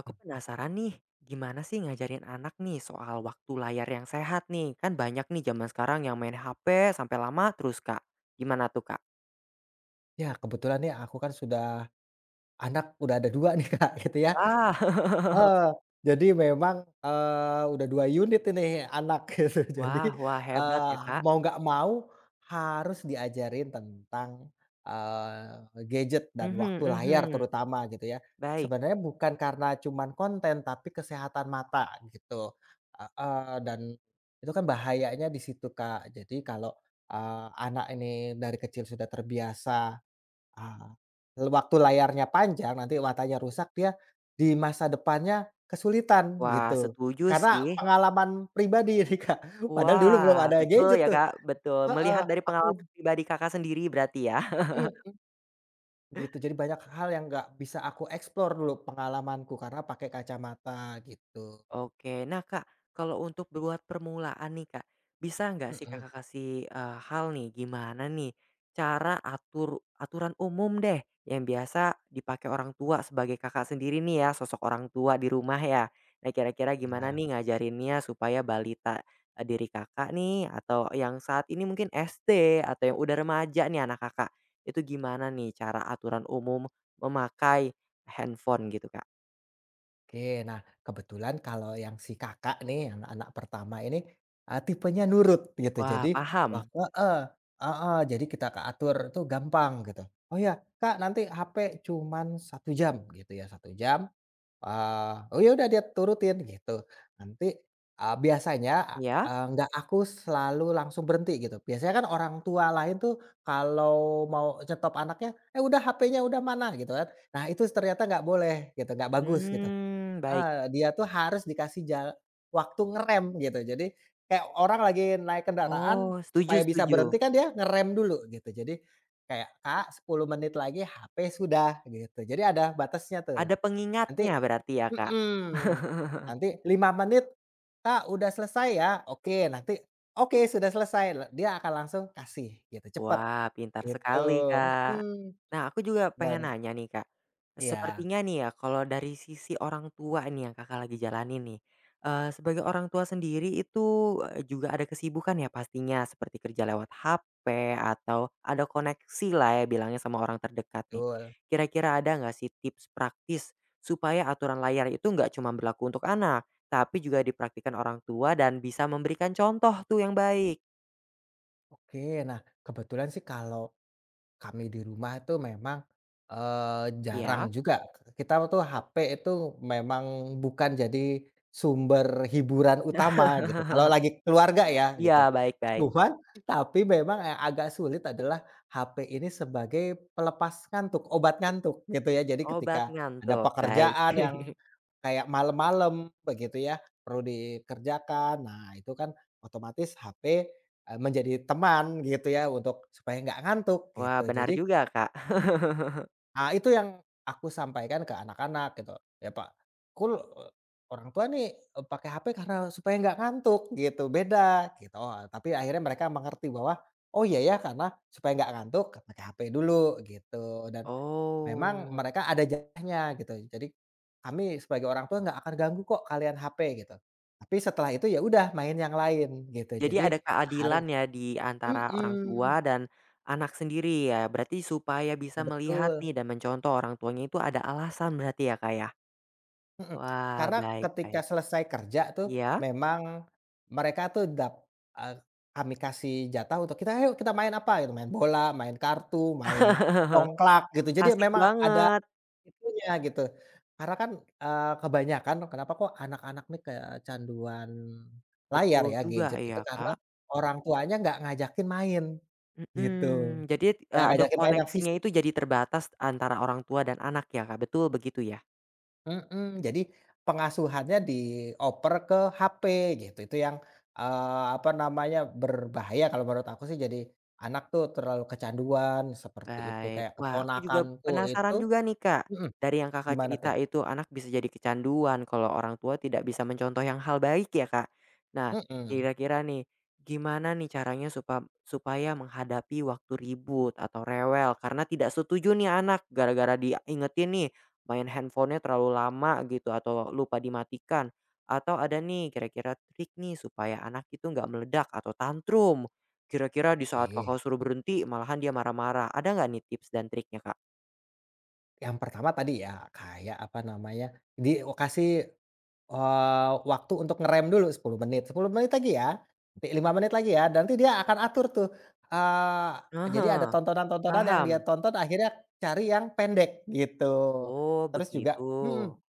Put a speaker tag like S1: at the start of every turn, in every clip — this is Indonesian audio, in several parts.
S1: Aku
S2: Hmm.
S1: penasaran nih, gimana sih ngajarin anak nih soal waktu layar yang sehat nih? Kan banyak nih zaman sekarang yang main HP sampai lama terus, Kak. Gimana tuh, Kak?
S2: Ya, kebetulan nih aku kan anak udah ada 2 nih, Kak, gitu ya.
S1: Wah.
S2: Heeh, jadi memang, udah 2 unit ini anak gitu. Jadi,
S1: Wah wah, hebat
S2: eee,
S1: ya, Kak.
S2: mau nggak mau harus diajarin tentang, gadget dan
S1: Mhm
S2: waktu layar
S1: mhm.
S2: terutama gitu ya.
S1: Baik.
S2: Sebenarnya bukan karena cuman konten, tapi kesehatan mata gitu, heeh, dan itu kan bahayanya di situ, Kak. Jadi kalau, anak ini dari kecil sudah terbiasa Ah, waktu layarnya panjang, nanti matanya rusak, dia di masa depannya kesulitan
S1: Wah,
S2: gitu.
S1: setuju
S2: Karena
S1: sih.
S2: pengalaman pribadi ini, Kak, padahal dulu
S1: Wah,
S2: belum ada
S1: betul
S2: gadget
S1: ya,
S2: tuh
S1: Kak, betul.
S2: heeh,
S1: Melihat dari pengalaman
S2: aku
S1: pribadi Kakak sendiri berarti ya?
S2: mhm, gitu. Jadi banyak hal yang nggak bisa aku explore dulu pengalamanku, karena pakai kacamata gitu.
S1: Oke. Nah, Kak, kalau untuk buat permulaan nih, Kak, bisa nggak sih
S2: Mhm,
S1: Kakak kasih, hal nih, gimana nih cara aturan umum deh yang biasa dipakai orang tua sebagai Kakak sendiri nih ya, sosok orang tua di rumah ya. Nah, kira-kira gimana
S2: iya.
S1: nih ngajarinnya supaya balita, diri Kakak nih atau yang saat ini mungkin SD atau yang udah remaja nih anak Kakak, itu gimana nih cara aturan umum memakai handphone gitu, Kak?
S2: Oke, nah kebetulan kalau yang si Kakak nih, yang anak pertama ini, tipenya nurut gitu.
S1: Wah,
S2: Jadi wah
S1: paham.
S2: heeh heeh, jadi kita keatur atur tuh gampang gitu. "Oh ya, Kak nanti HP cuman satu jam," gitu ya, satu jam, oh ya udah dia turutin gitu. Nanti, biasanya,
S1: Ya.
S2: nggak aku selalu langsung berhenti gitu. Biasanya kan orang tua lain tuh kalau mau nyetop anaknya, "Eh udah HP-nya udah mana?" Gitu kan. Nah itu ternyata nggak boleh gitu, nggak bagus gitu.
S1: Hmm, baik.
S2: Heeh, dia tuh harus dikasih waktu ngerem gitu. Jadi kayak orang lagi naik kendaraan
S1: Oh, setuju
S2: supaya bisa
S1: setuju.
S2: berhenti kan dia ngerem dulu gitu. Jadi kayak, "Kak 10 menit lagi HP sudah," gitu. Jadi ada batasnya tuh.
S1: Ada
S2: Nanti
S1: pengingatnya berarti ya, Kak?
S2: mhm, nanti 5 menit, "Kak udah selesai ya?" "Oke." Nanti, "Oke sudah selesai." Dia akan langsung kasih gitu, cepet
S1: Wah, pintar
S2: gitu,
S1: sekali, Kak.
S2: mhm,
S1: Nah, aku juga pengen
S2: dan
S1: nanya nih, Kak.
S2: iya
S1: Sepertinya nih ya, kalau dari sisi orang tua nih yang Kakak lagi jalanin nih, sebagai orang tua sendiri itu, juga ada kesibukan ya pastinya, seperti kerja lewat HP atau ada koneksi lah ya bilangnya sama orang terdekat nih.
S2: betul.
S1: Kira-kira ada nggak sih tips praktis supaya aturan layar itu nggak cuma berlaku untuk anak, tapi juga dipraktikkan orang tua dan bisa memberikan contoh tuh yang baik?
S2: Oke, nah kebetulan sih kalau kami di rumah itu memang, jarang
S1: Ya.
S2: juga, kita tuh HP itu memang bukan jadi sumber hiburan utama gitu, kalau lagi keluarga ya gitu.
S1: Iya, baik baik.
S2: Cuman tapi memang yang agak sulit adalah HP ini sebagai pelepas ngantuk, obat ngantuk gitu ya. Jadi ketika
S1: Obat
S2: ada
S1: ngantuk, baik.
S2: pekerjaan yang kayak malam-malam begitu ya, perlu dikerjakan, nah itu kan otomatis HP menjadi teman gitu ya untuk supaya nggak ngantuk
S1: Wah,
S2: gitu.
S1: benar
S2: Jadi,
S1: juga, Kak.
S2: Mmm. itu yang aku sampaikan ke anak-anak gitu, ya Pak, kul orang tua nih, pakai HP karena supaya nggak ngantuk gitu, beda gitu. Oh, tapi akhirnya mereka mengerti bahwa, oh iya ya karena supaya nggak ngantuk pakai HP dulu gitu dan memang
S1: Oh,
S2: mereka ada jatahnya gitu. Jadi kami sebagai orang tua nggak akan ganggu kok kalian HP gitu. Tapi setelah itu ya udah main yang lain gitu.
S1: jadi
S2: Jadi
S1: ada
S2: sehari
S1: keadilan ya di antara orang tua
S2: mhm.
S1: dan anak sendiri ya? Berarti supaya bisa
S2: Oh,
S1: melihat
S2: betul,
S1: nih dan mencontoh orang tuanya itu ada alasan berarti ya, Kak, ya?
S2: mhm,
S1: Wah,
S2: karena
S1: baik
S2: ketika
S1: baik.
S2: selesai kerja tuh
S1: Iya?
S2: memang mereka tuh eee, kami kasih jatah untuk kita, "Ayo kita main apa?" Gitu, main bola, main kartu, main congklak gitu, jadi
S1: Asik
S2: memang ada
S1: banget.
S2: itunya gitu. Karena kan, kebanyakan kenapa kok anak-anak nih kecanduan layar
S1: Betul
S2: ya,
S1: juga
S2: gadget itu
S1: ya,
S2: karena
S1: Kak.
S2: orang tuanya nggak ngajakin main gitu,
S1: Mhm. Jadi,
S2: nggak
S1: ada
S2: ngajakin main yang
S1: koneksinya
S2: fisik.
S1: itu jadi terbatas antara orang tua dan anak ya, Kak, betul begitu ya?
S2: Mhm, jadi pengasuhannya dioper ke HP gitu, itu yang, apa namanya, berbahaya kalau menurut aku sih jadi anak tuh terlalu kecanduan seperti itu,
S1: Baik.
S2: kayak
S1: Wah, aku juga
S2: keponakanku itu
S1: penasaran juga nih, Kak.
S2: mhm,
S1: Dari yang Kakak
S2: gimana tuh?
S1: cerita itu anak bisa jadi kecanduan kalau orang tua tidak bisa mencontoh yang hal baik ya, Kak. Nah,
S2: Mhm,
S1: kira-kira nih gimana nih caranya supaya menghadapi waktu ribut atau rewel karena tidak setuju nih anak gara-gara diingetin nih main handphonenya terlalu lama gitu atau lupa dimatikan. Atau ada nih kira-kira trik nih supaya anak itu nggak meledak atau tantrum. Kira-kira di saat
S2: oke,
S1: Kakak suruh berhenti, malahan dia marah-marah. Ada nggak nih tips dan triknya, Kak?
S2: yang pertama tadi ya kayak apa namanya, di o kasih waktu untuk ngerem dulu 10 menit 10 menit lagi ya, 5 menit lagi ya, nanti dia akan atur tuh, eee, jadi ada
S1: Heeh,
S2: tontonan-tontonan yang dia
S1: paham.
S2: tonton akhirnya cari yang pendek gitu.
S1: Oh,
S2: Terus juga
S1: begitu.
S2: mhm,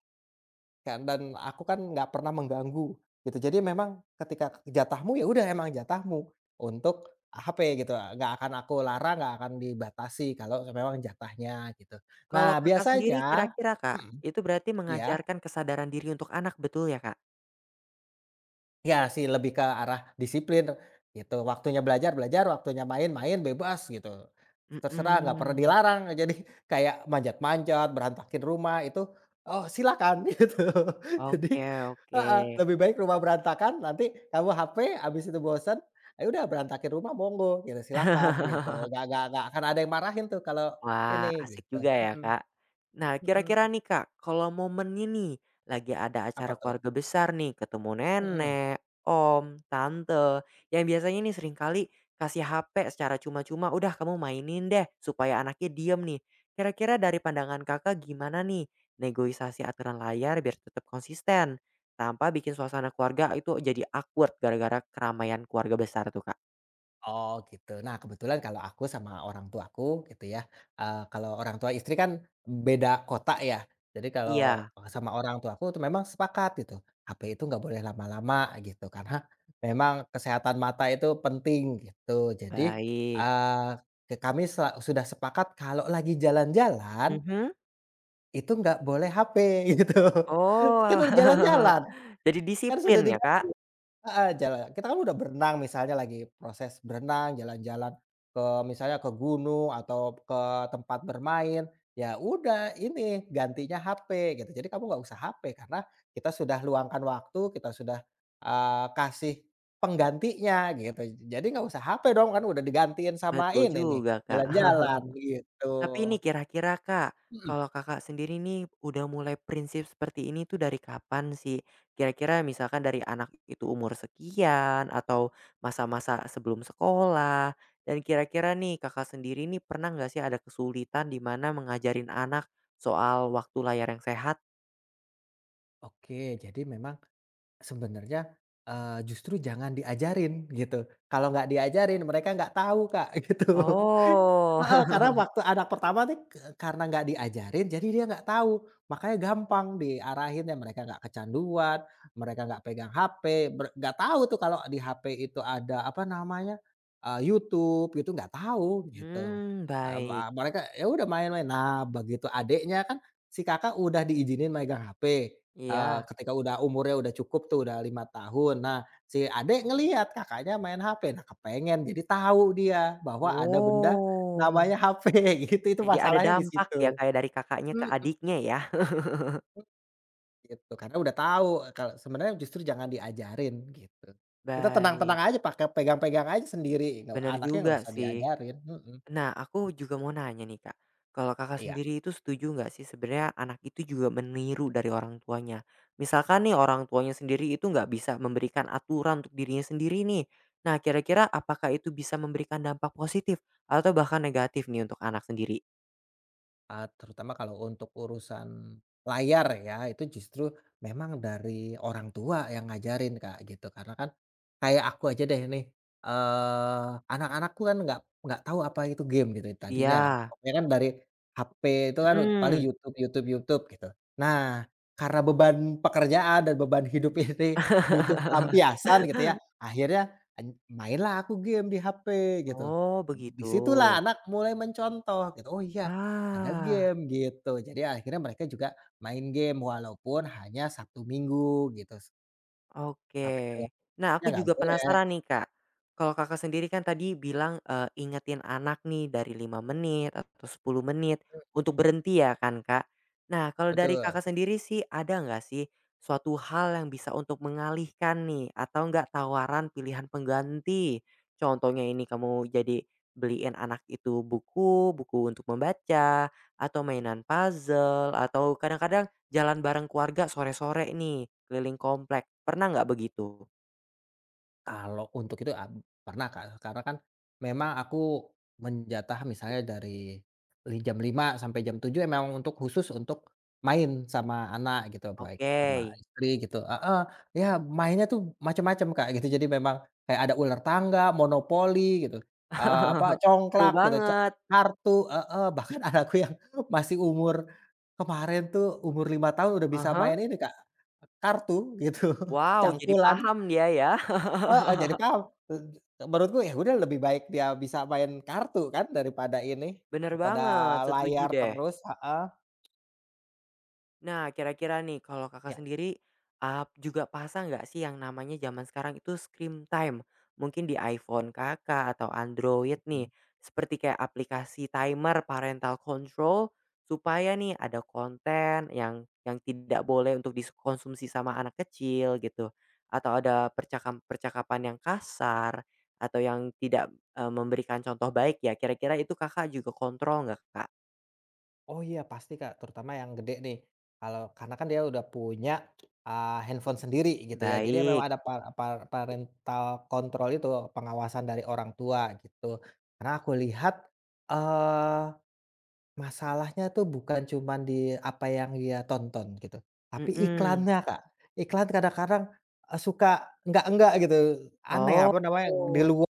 S2: kan dan aku kan nggak pernah mengganggu gitu, jadi memang ketika jatahmu ya udah emang jatahmu untuk HP gitu, nggak akan aku larang, nggak akan dibatasi kalau memang jatahnya gitu.
S1: Kalau
S2: Nah
S1: Kakak sendiri
S2: biasanya
S1: kira-kira, Kak,
S2: mhm,
S1: itu berarti
S2: iya?
S1: mengajarkan kesadaran diri untuk anak, betul ya, Kak?
S2: Ya sih, lebih ke arah disiplin, gitu. Waktunya belajar, belajar, waktunya main, main, bebas gitu. Terserah, nggak pernah
S1: Mhm.
S2: dilarang. Jadi kayak manjat-manjat, berantakin rumah itu, oh silakan gitu. Jadi
S1: Oke oke.
S2: heeh, lebih baik rumah berantakan, nanti kamu HP, habis itu bosen, ya udah berantakin rumah monggo gitu, silakan gitu. Nggak akan ada yang marahin tuh kalau
S1: Wah,
S2: ini
S1: asik
S2: gitu.
S1: juga ya,
S2: Mhm
S1: Kak. Nah, kira-kira
S2: mhm.
S1: nih, Kak, kalau momennya nih lagi ada
S2: Apa
S1: acara
S2: tuh?
S1: keluarga besar nih, ketemu
S2: Mhm.
S1: nenek, om, tante, yang biasanya nih seringkali kasih HP secara cuma-cuma, "Udah kamu mainin deh," supaya anaknya diem nih. Kira-kira dari pandangan Kakak gimana nih negosiasi aturan layar biar tetap konsisten tanpa bikin suasana keluarga itu jadi awkward gara-gara keramaian keluarga besar tuh, Kak?
S2: Oh gitu. Nah kebetulan kalau aku sama orang tua aku, gitu ya, kalau orang tua istri kan beda kota ya. Jadi kalau
S1: Iya,
S2: sama orang tua aku tuh memang sepakat gitu, HP itu nggak boleh lama-lama gitu karena memang kesehatan mata itu penting gitu. Jadi,
S1: baik.
S2: eee, kami sudah sepakat kalau lagi jalan-jalan
S1: Mhm.
S2: itu nggak boleh HP gitu.
S1: Oh.
S2: Kan udah jalan-jalan,
S1: Jadi
S2: kan
S1: disiplin
S2: sudah
S1: ya, Kak?
S2: Heeh, kita kan udah berenang misalnya lagi proses berenang, jalan-jalan ke misalnya ke gunung atau ke tempat bermain, ya udah ini gantinya HP gitu. Jadi kamu nggak usah HP karena kita sudah luangkan waktu, kita sudah, kasih penggantinya gitu. Jadi nggak usah HP dong kan udah digantiin sama
S1: Betul
S2: ini nih,
S1: juga, Kak.
S2: jalan-jalan gitu,
S1: Tapi ini kira-kira, Kak,
S2: mhm.
S1: kalau Kakak sendiri nih udah mulai prinsip seperti ini tuh dari kapan sih? Kira-kira misalkan dari anak itu umur sekian atau masa-masa sebelum sekolah, dan kira-kira nih Kakak sendiri nih pernah nggak sih ada kesulitan di mana mengajarin anak soal waktu layar yang sehat?
S2: Oke, jadi memang sebenarnya, justru jangan diajarin gitu, kalau nggak diajarin mereka nggak tahu Kak gitu.
S1: Oh.
S2: Heeh, karena waktu anak pertama nih karena nggak diajarin jadi dia nggak tahu, makanya gampang diarahin ya. Mereka nggak kecanduan, mereka nggak pegang HP, nggak tahu tuh kalau di HP itu ada apa namanya, YouTube itu nggak tahu gitu.
S1: Hmm,
S2: Eee, ma
S1: baik.
S2: mereka ya udah main-main. Nah begitu adiknya kan si Kakak udah diizinin megang HP.
S1: Iya.
S2: Ketika udah umurnya udah cukup tuh, udah 5 tahun. Nah, si adik ngelihat kakaknya main HP. Nah, kepengen, jadi tahu dia bahwa ada benda
S1: Oh.
S2: namanya HP gitu, itu
S1: Jadi ada
S2: masalahnya di
S1: dampak ya
S2: situ.
S1: kayak dari Kakaknya ke
S2: Mhm.
S1: adiknya ya?
S2: Gitu, karena udah tahu eh, kalau sebenarnya justru jangan diajarin gitu. Kita tenang-tenang
S1: Baik,
S2: aja pakai pegang-pegang aja sendiri, nggak
S1: bener
S2: anaknya nggak
S1: juga
S2: usah
S1: sih.
S2: diajarin, mhm,
S1: Nah, aku juga mau nanya nih, Kak, kalau Kakak
S2: iya.
S1: sendiri itu setuju nggak sih sebenarnya anak itu juga meniru dari orang tuanya? Misalkan nih orang tuanya sendiri itu nggak bisa memberikan aturan untuk dirinya sendiri nih. Nah, kira-kira apakah itu bisa memberikan dampak positif atau bahkan negatif nih untuk anak sendiri?
S2: Terutama kalau untuk urusan layar ya, itu justru memang dari orang tua yang ngajarin, Kak, gitu. Karena kan kayak aku aja deh nih, anak-anakku kan nggak tahu apa itu game gitu tadinya.
S1: Iya,
S2: Pokoknya kan dari HP itu kan paling
S1: mhm.
S2: YouTube YouTube YouTube gitu. Nah, karena beban pekerjaan dan beban hidup ini butuh pelampiasan gitu ya, akhirnya mainlah aku game di HP gitu.
S1: Oh, begitu.
S2: Disitulah anak mulai mencontoh gitu, "Oh iya, ada
S1: Ah.
S2: game gitu." Jadi akhirnya mereka juga main game walaupun hanya Sabtu Minggu gitu, tapi
S1: Oke. Nah,
S2: hari-harinya
S1: aku
S2: nggak
S1: juga
S2: boleh.
S1: penasaran nih, Kak. Kalau Kakak sendiri kan tadi bilang, ingetin anak nih dari 5 menit atau 10 menit
S2: Mmm,
S1: untuk berhenti ya kan, Kak. Nah, kalau dari
S2: betul.
S1: Kakak sendiri sih ada nggak sih suatu hal yang bisa untuk mengalihkan nih atau nggak tawaran pilihan pengganti? Contohnya ini kamu jadi beliin anak itu buku, buku untuk membaca, atau mainan puzzle, atau kadang-kadang jalan bareng keluarga sore-sore nih, keliling komplek, pernah nggak begitu?
S2: Kalau untuk itu, pernah Kak, karena kan memang aku menjatah misalnya dari jam 5 sampai jam 7 emang untuk khusus untuk main sama anak gitu, baik
S1: Oke,
S2: sama istri gitu heeh, ya mainnya tuh macam-macam Kak, gitu. Jadi memang kayak ada ular tangga, monopoli gitu, apa,
S1: seru
S2: congklak gitu,
S1: banget.
S2: kartu heeh, bahkan anakku yang masih umur kemarin tuh umur 5 tahun udah bisa
S1: Ah hah.
S2: main ini Kak, kartu gitu,
S1: Wow, jadi
S2: cangkulan.
S1: paham dia ya.
S2: Heeh, jadi paham, menurutku ya udah lebih baik dia bisa main kartu kan daripada ini,
S1: Bener
S2: daripada
S1: banget, setuju
S2: layar
S1: deh.
S2: terus heeh,
S1: Nah, kira-kira nih kalau
S2: ya,
S1: Kakak sendiri, juga pasang nggak sih yang namanya zaman sekarang itu screen time? Mungkin di iPhone Kakak atau Android
S2: mmm,
S1: nih, seperti kayak aplikasi timer parental control, supaya nih ada konten yang tidak boleh untuk dikonsumsi sama anak kecil gitu, atau ada percakapan yang kasar, atau yang tidak, memberikan contoh baik ya, kira-kira itu Kakak juga kontrol nggak, Kak?
S2: oh iya pasti Kak, terutama yang gede nih, kalau karena kan dia udah punya, handphone sendiri gitu ya, jadi memang
S1: Baik,
S2: ada par par parental control itu, pengawasan dari orang tua gitu. Karena aku lihat, eee masalahnya tuh bukan cuman di apa yang dia tonton gitu, tapi
S1: mhm.
S2: iklannya, Kak. Iklan kadang-kadang, suka enggak-enggak gitu, aneh,
S1: Oh,
S2: apa namanya, di luar,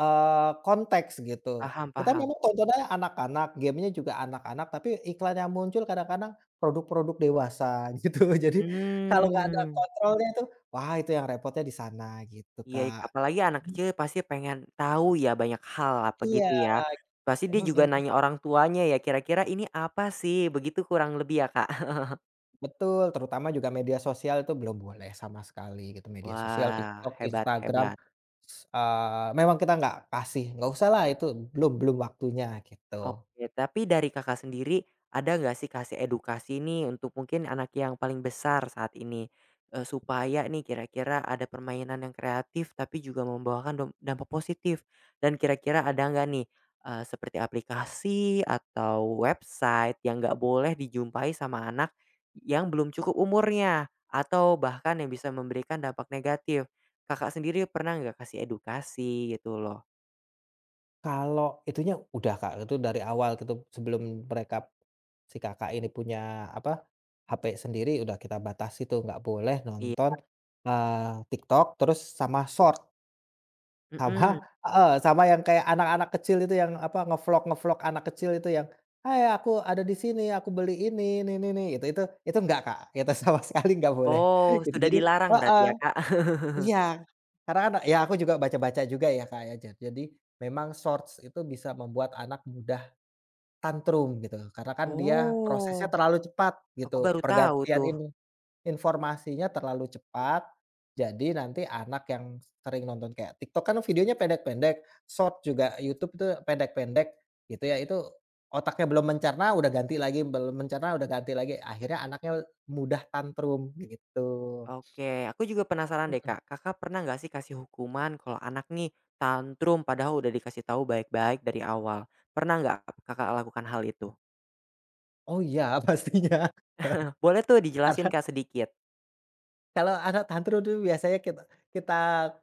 S2: konteks gitu.
S1: paham
S2: Kita
S1: paham.
S2: memang tontonannya anak-anak, game-nya juga anak-anak, tapi iklan yang muncul kadang-kadang produk-produk dewasa gitu. Jadi kalau nggak ada
S1: Mmm,
S2: kontrolnya itu, wah itu yang repotnya di sana gitu,
S1: iya,
S2: Kak.
S1: apalagi anak kecil pasti pengen tahu ya banyak hal, apa gitu
S2: Iya,
S1: ya. Pasti dia juga
S2: mhm.
S1: nanya orang tuanya ya, "Kira-kira ini apa sih?" Begitu kurang lebih ya, Kak?
S2: Betul, terutama juga media sosial itu belum boleh sama sekali gitu, media sosial,
S1: Wah,
S2: TikTok,
S1: hebat
S2: Instagram,
S1: hebat.
S2: memang kita nggak kasih, nggak usah lah itu belum belum waktunya gitu.
S1: Oke, tapi dari Kakak sendiri, ada nggak sih kasih edukasi nih untuk mungkin anak yang paling besar saat ini? Supaya nih kira-kira ada permainan yang kreatif tapi juga membawakan dampak positif. Dan kira-kira ada nggak nih, seperti aplikasi atau website yang nggak boleh dijumpai sama anak yang belum cukup umurnya, atau bahkan yang bisa memberikan dampak negatif. Kakak sendiri pernah nggak kasih edukasi gitu loh?
S2: Kalau itunya udah Kak, itu dari awal gitu sebelum mereka si Kakak ini punya apa, HP sendiri udah kita batasi tuh nggak boleh
S1: Iya,
S2: nonton, TikTok terus sama short Sama
S1: mhm.
S2: heeh, sama yang kayak anak-anak kecil itu yang apa, nge-vlog-nge-vlog anak kecil itu yang, "Hai aku ada di sini, aku beli ini," itu enggak Kak, itu sama sekali nggak boleh
S1: Oh,
S2: gitu.
S1: sudah
S2: Jadi
S1: dilarang berarti
S2: heeh,
S1: ya, Kak?
S2: iya, karena kan ya aku juga baca-baca juga ya Kak ya, jadi memang Shorts itu bisa membuat anak mudah tantrum gitu, karena kan dia prosesnya
S1: Oh,
S2: terlalu cepat
S1: aku
S2: gitu
S1: baru tahu
S2: pergantian
S1: tuh.
S2: ini. Informasinya terlalu cepat, jadi nanti anak yang sering nonton kayak TikTok kan videonya pendek-pendek, short juga YouTube itu pendek-pendek gitu ya, itu otaknya belum mencerna udah ganti lagi, belum mencerna udah ganti lagi, akhirnya anaknya mudah tantrum gitu.
S1: Oke, aku juga penasaran deh,
S2: Mhm.
S1: Kak. Kakak pernah nggak sih kasih hukuman kalau anak nih tantrum padahal udah dikasih tahu baik-baik dari awal? Pernah nggak Kakak lakukan hal itu?
S2: Oh iya pastinya.
S1: Boleh tuh dijelasin,
S2: Karena
S1: Kak, sedikit.
S2: kalau anak tantrum tuh biasanya kita kita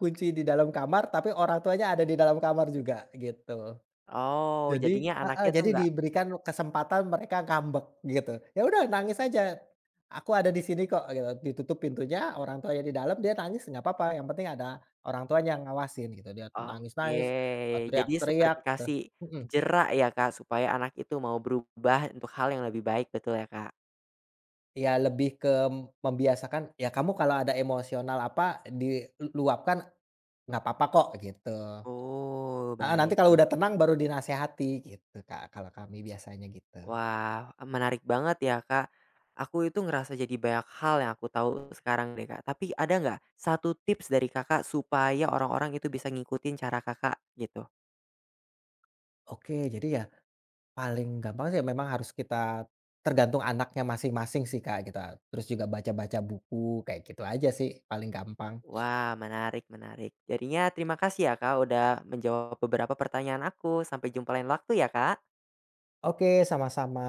S2: kunci di dalam kamar, tapi orang tuanya ada di dalam kamar juga gitu.
S1: Oh,
S2: Jadi
S1: jadinya
S2: heeh,
S1: anaknya tuh
S2: jadi
S1: nggak.
S2: diberikan kesempatan mereka ngambek gitu. Ya udah nangis aja, aku ada di sini kok gitu, ditutup pintunya, orang tuanya di dalam, dia nangis nggak apa-apa, yang penting ada orang tuanya yang ngawasin gitu, dia
S1: Oke,
S2: nangis-nangis,
S1: jadi
S2: teriak-teriak
S1: seperti
S2: gitu,
S1: kasih
S2: mhm.
S1: jerak ya, Kak, supaya anak itu mau berubah untuk hal yang lebih baik, betul ya, Kak?
S2: Ya lebih ke membiasakan, ya kamu kalau ada emosional apa diluapkan nggak apa kok gitu.
S1: Oh,
S2: Heeh, nanti
S1: baik.
S2: kalau udah tenang baru dinasehati gitu Kak, kalau kami biasanya gitu.
S1: Wah, menarik banget ya, Kak. Aku itu ngerasa jadi banyak hal yang aku tahu sekarang deh, Kak. Tapi ada nggak satu tips dari Kakak supaya orang-orang itu bisa ngikutin cara Kakak gitu?
S2: Oke, jadi ya paling gampang sih memang harus kita tergantung anaknya masing-masing sih, Kak, kita terus juga baca-baca buku, kayak gitu aja sih paling gampang.
S1: Wah, menarik menarik. Jadinya terima kasih ya, Kak, udah menjawab beberapa pertanyaan aku. Sampai jumpa lain waktu ya, Kak.
S2: Oke, sama-sama.